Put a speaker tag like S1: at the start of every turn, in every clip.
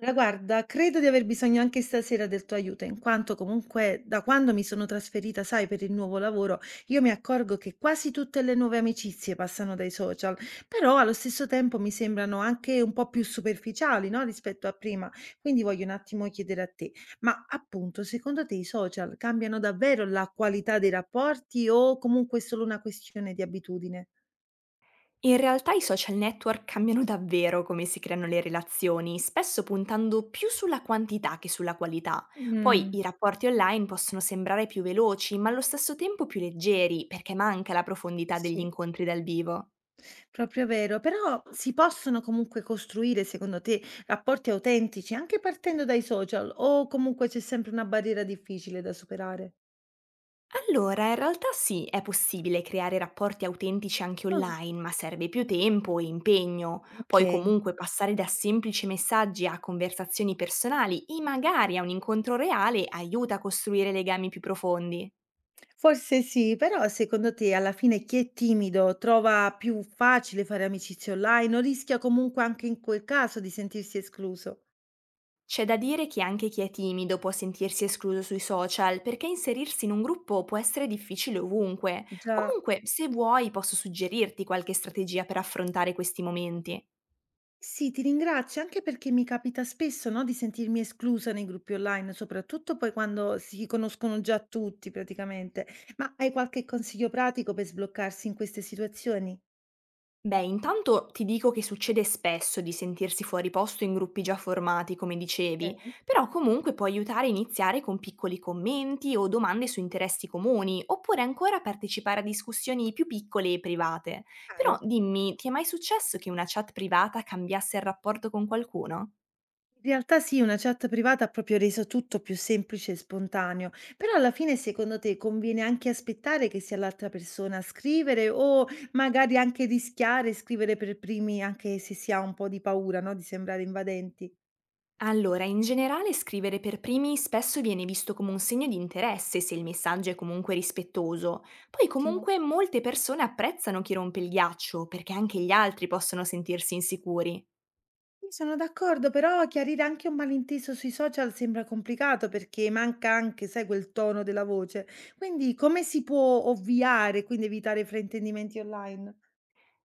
S1: Allora, guarda, credo di aver bisogno anche stasera del tuo aiuto, in quanto comunque da quando mi sono trasferita, sai, per il nuovo lavoro, io mi accorgo che quasi tutte le nuove amicizie passano dai social, però allo stesso tempo mi sembrano anche un po' più superficiali, no, rispetto a prima. Quindi voglio un attimo chiedere a te, ma appunto, secondo te i social cambiano davvero la qualità dei rapporti o comunque è solo una questione di abitudine?
S2: In realtà i social network cambiano davvero come si creano le relazioni, spesso puntando più sulla quantità che sulla qualità. Poi
S1: Mm.
S2: i rapporti online possono sembrare più veloci, ma allo stesso tempo più leggeri, perché manca la profondità degli
S1: Sì.
S2: incontri dal vivo.
S1: Proprio vero, però si possono comunque costruire, secondo te, rapporti autentici anche partendo dai social o comunque c'è sempre una barriera difficile da superare?
S2: Allora, in realtà sì, è possibile creare rapporti autentici anche
S1: Ah,
S2: online, ma serve più tempo e impegno.
S1: ok,
S2: Poi comunque passare da semplici messaggi a conversazioni personali e magari a un incontro reale aiuta a costruire legami più profondi.
S1: forse sì, però secondo te alla fine chi è timido trova più facile fare amicizie online o rischia comunque anche in quel caso di sentirsi escluso?
S2: C'è da dire che anche chi è timido può sentirsi escluso sui social, perché inserirsi in un gruppo può essere difficile ovunque.
S1: Già.
S2: Comunque, se vuoi, posso suggerirti qualche strategia per affrontare questi momenti.
S1: Sì, ti ringrazio anche perché mi capita spesso, no, di sentirmi esclusa nei gruppi online, soprattutto poi quando si conoscono già tutti praticamente. Ma hai qualche consiglio pratico per sbloccarsi in queste situazioni?
S2: Beh, intanto ti dico che succede spesso di sentirsi fuori posto in gruppi già formati, come dicevi,
S1: Ok.
S2: però comunque può aiutare a iniziare con piccoli commenti o domande su interessi comuni, oppure ancora partecipare a discussioni più piccole e private. Però
S1: Chiaro.
S2: dimmi, ti è mai successo che una chat privata cambiasse il rapporto con qualcuno?
S1: In realtà sì, una chat privata ha proprio reso tutto più semplice e spontaneo, però alla fine secondo te conviene anche aspettare che sia l'altra persona a scrivere o magari anche rischiare di scrivere per primi anche se si ha un po' di paura, no, di sembrare invadenti?
S2: Allora, in generale scrivere per primi spesso viene visto come un segno di interesse se il messaggio è comunque rispettoso. Poi
S1: Ottimo.
S2: comunque molte persone apprezzano chi rompe il ghiaccio perché anche gli altri possono sentirsi insicuri.
S1: Sì, sono d'accordo, però chiarire anche un malinteso sui social sembra complicato perché manca anche, sai, quel tono della voce. Quindi come si può ovviare, quindi evitare fraintendimenti online?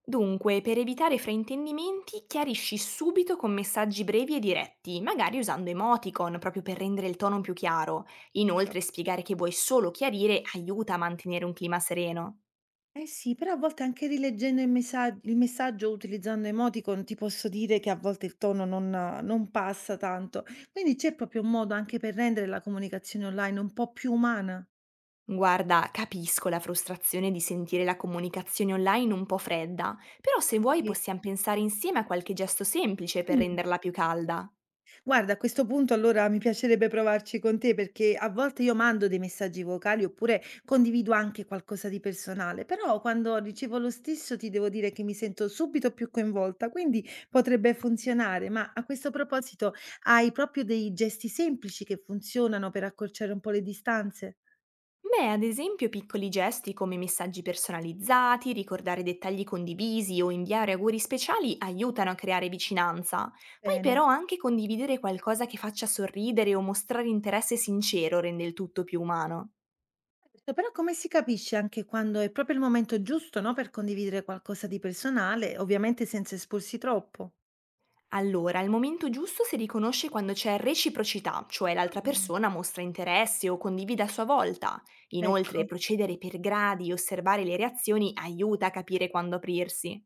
S2: Dunque, per evitare fraintendimenti, chiarisci subito con messaggi brevi e diretti, magari usando emoticon proprio per rendere il tono più chiaro.
S1: Certo.
S2: Inoltre, spiegare che vuoi solo chiarire aiuta a mantenere un clima sereno.
S1: Eh sì, però a volte anche rileggendo il messaggio o utilizzando emoticon ti posso dire che a volte il tono non passa tanto. Quindi c'è proprio un modo anche per rendere la comunicazione online un po' più umana.
S2: Guarda, capisco la frustrazione di sentire la comunicazione online un po' fredda, però se vuoi
S1: Sì.
S2: possiamo pensare insieme a qualche gesto semplice per
S1: Mm.
S2: renderla più calda.
S1: Guarda, a questo punto allora mi piacerebbe provarci con te perché a volte io mando dei messaggi vocali oppure condivido anche qualcosa di personale, però quando ricevo lo stesso ti devo dire che mi sento subito più coinvolta, quindi potrebbe funzionare. Ma a questo proposito, hai proprio dei gesti semplici che funzionano per accorciare un po' le distanze?
S2: Beh, ad esempio piccoli gesti come messaggi personalizzati, ricordare dettagli condivisi o inviare auguri speciali aiutano a creare vicinanza. Poi
S1: Bene.
S2: però anche condividere qualcosa che faccia sorridere o mostrare interesse sincero rende il tutto più umano.
S1: Certo, però come si capisce anche quando è proprio il momento giusto, no, per condividere qualcosa di personale, ovviamente senza esporsi troppo?
S2: Allora, il momento giusto si riconosce quando c'è reciprocità, cioè l'altra
S1: Ah.
S2: persona mostra interesse o condivide a sua volta. Inoltre,
S1: Ecco.
S2: procedere per gradi e osservare le reazioni aiuta a capire quando aprirsi.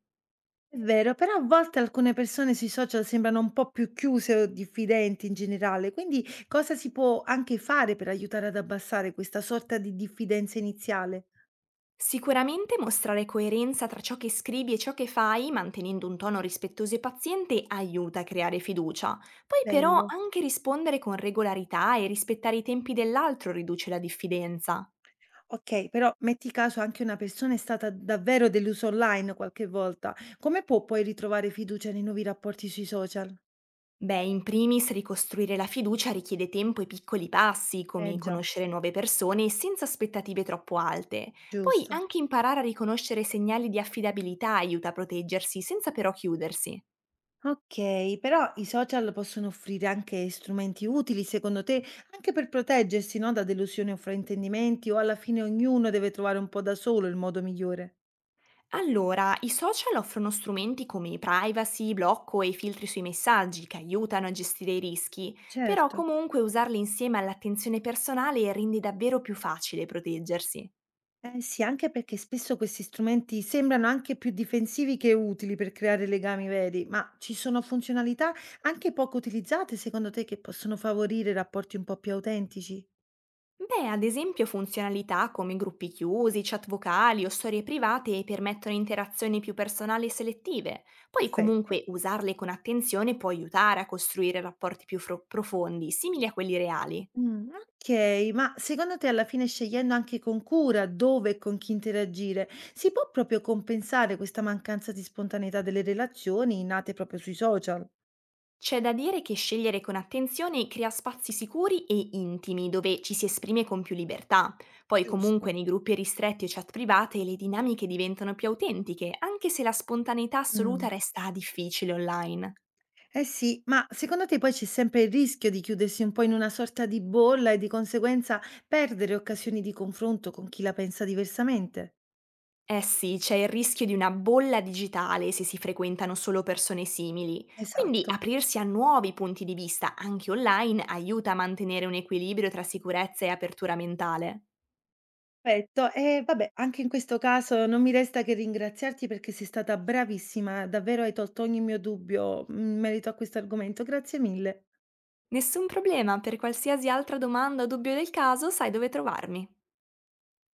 S1: È vero, però a volte alcune persone sui social sembrano un po' più chiuse o diffidenti in generale, quindi cosa si può anche fare per aiutare ad abbassare questa sorta di diffidenza iniziale?
S2: Sicuramente mostrare coerenza tra ciò che scrivi e ciò che fai, mantenendo un tono rispettoso e paziente, aiuta a creare fiducia. Poi però
S1: Bello.
S2: anche rispondere con regolarità e rispettare i tempi dell'altro riduce la diffidenza.
S1: Ok, però metti caso anche una persona è stata davvero delusa online qualche volta, come può poi ritrovare fiducia nei nuovi rapporti sui social?
S2: Beh, in primis ricostruire la fiducia richiede tempo e piccoli passi,
S1: Eh
S2: come
S1: già,
S2: conoscere nuove persone senza aspettative troppo alte. Poi
S1: giusto.
S2: anche imparare a riconoscere segnali di affidabilità aiuta a proteggersi senza però chiudersi.
S1: Okay, però i social possono offrire anche strumenti utili secondo te, anche per proteggersi, no, da delusioni o fraintendimenti o alla fine ognuno deve trovare un po' da solo il modo migliore?
S2: Allora, i social offrono strumenti come privacy, blocco e filtri sui messaggi che aiutano a gestire i rischi, però
S1: Certo.
S2: comunque usarli insieme all'attenzione personale rende davvero più facile proteggersi.
S1: Eh sì, anche perché spesso questi strumenti sembrano anche più difensivi che utili per creare legami veri, ma ci sono funzionalità anche poco utilizzate secondo te che possono favorire rapporti un po' più autentici?
S2: Beh, ad esempio funzionalità come gruppi chiusi, chat vocali o storie private permettono interazioni più personali e selettive. Poi
S1: Perfetto.
S2: comunque usarle con attenzione può aiutare a costruire rapporti più profondi, simili a quelli reali.
S1: Mh, okay, ma secondo te alla fine scegliendo anche con cura dove e con chi interagire, si può proprio compensare questa mancanza di spontaneità delle relazioni nate proprio sui social?
S2: C'è da dire che scegliere con attenzione crea spazi sicuri e intimi dove ci si esprime con più libertà. Poi comunque
S1: Giusto.
S2: nei gruppi ristretti o chat private le dinamiche diventano più autentiche, anche se la spontaneità
S1: Mh.
S2: assoluta resta difficile online.
S1: Eh sì, ma secondo te poi c'è sempre il rischio di chiudersi un po' in una sorta di bolla e di conseguenza perdere occasioni di confronto con chi la pensa diversamente?
S2: Eh sì, c'è il rischio di una bolla digitale se si frequentano solo persone simili, quindi
S1: Esatto.
S2: aprirsi a nuovi punti di vista, anche online, aiuta a mantenere un equilibrio tra sicurezza e apertura mentale.
S1: Perfetto. E vabbè, anche in questo caso non mi resta che ringraziarti perché sei stata bravissima, davvero hai tolto ogni mio dubbio in merito a questo argomento. Grazie mille.
S2: Nessun problema, per qualsiasi altra domanda o dubbio del caso sai dove trovarmi.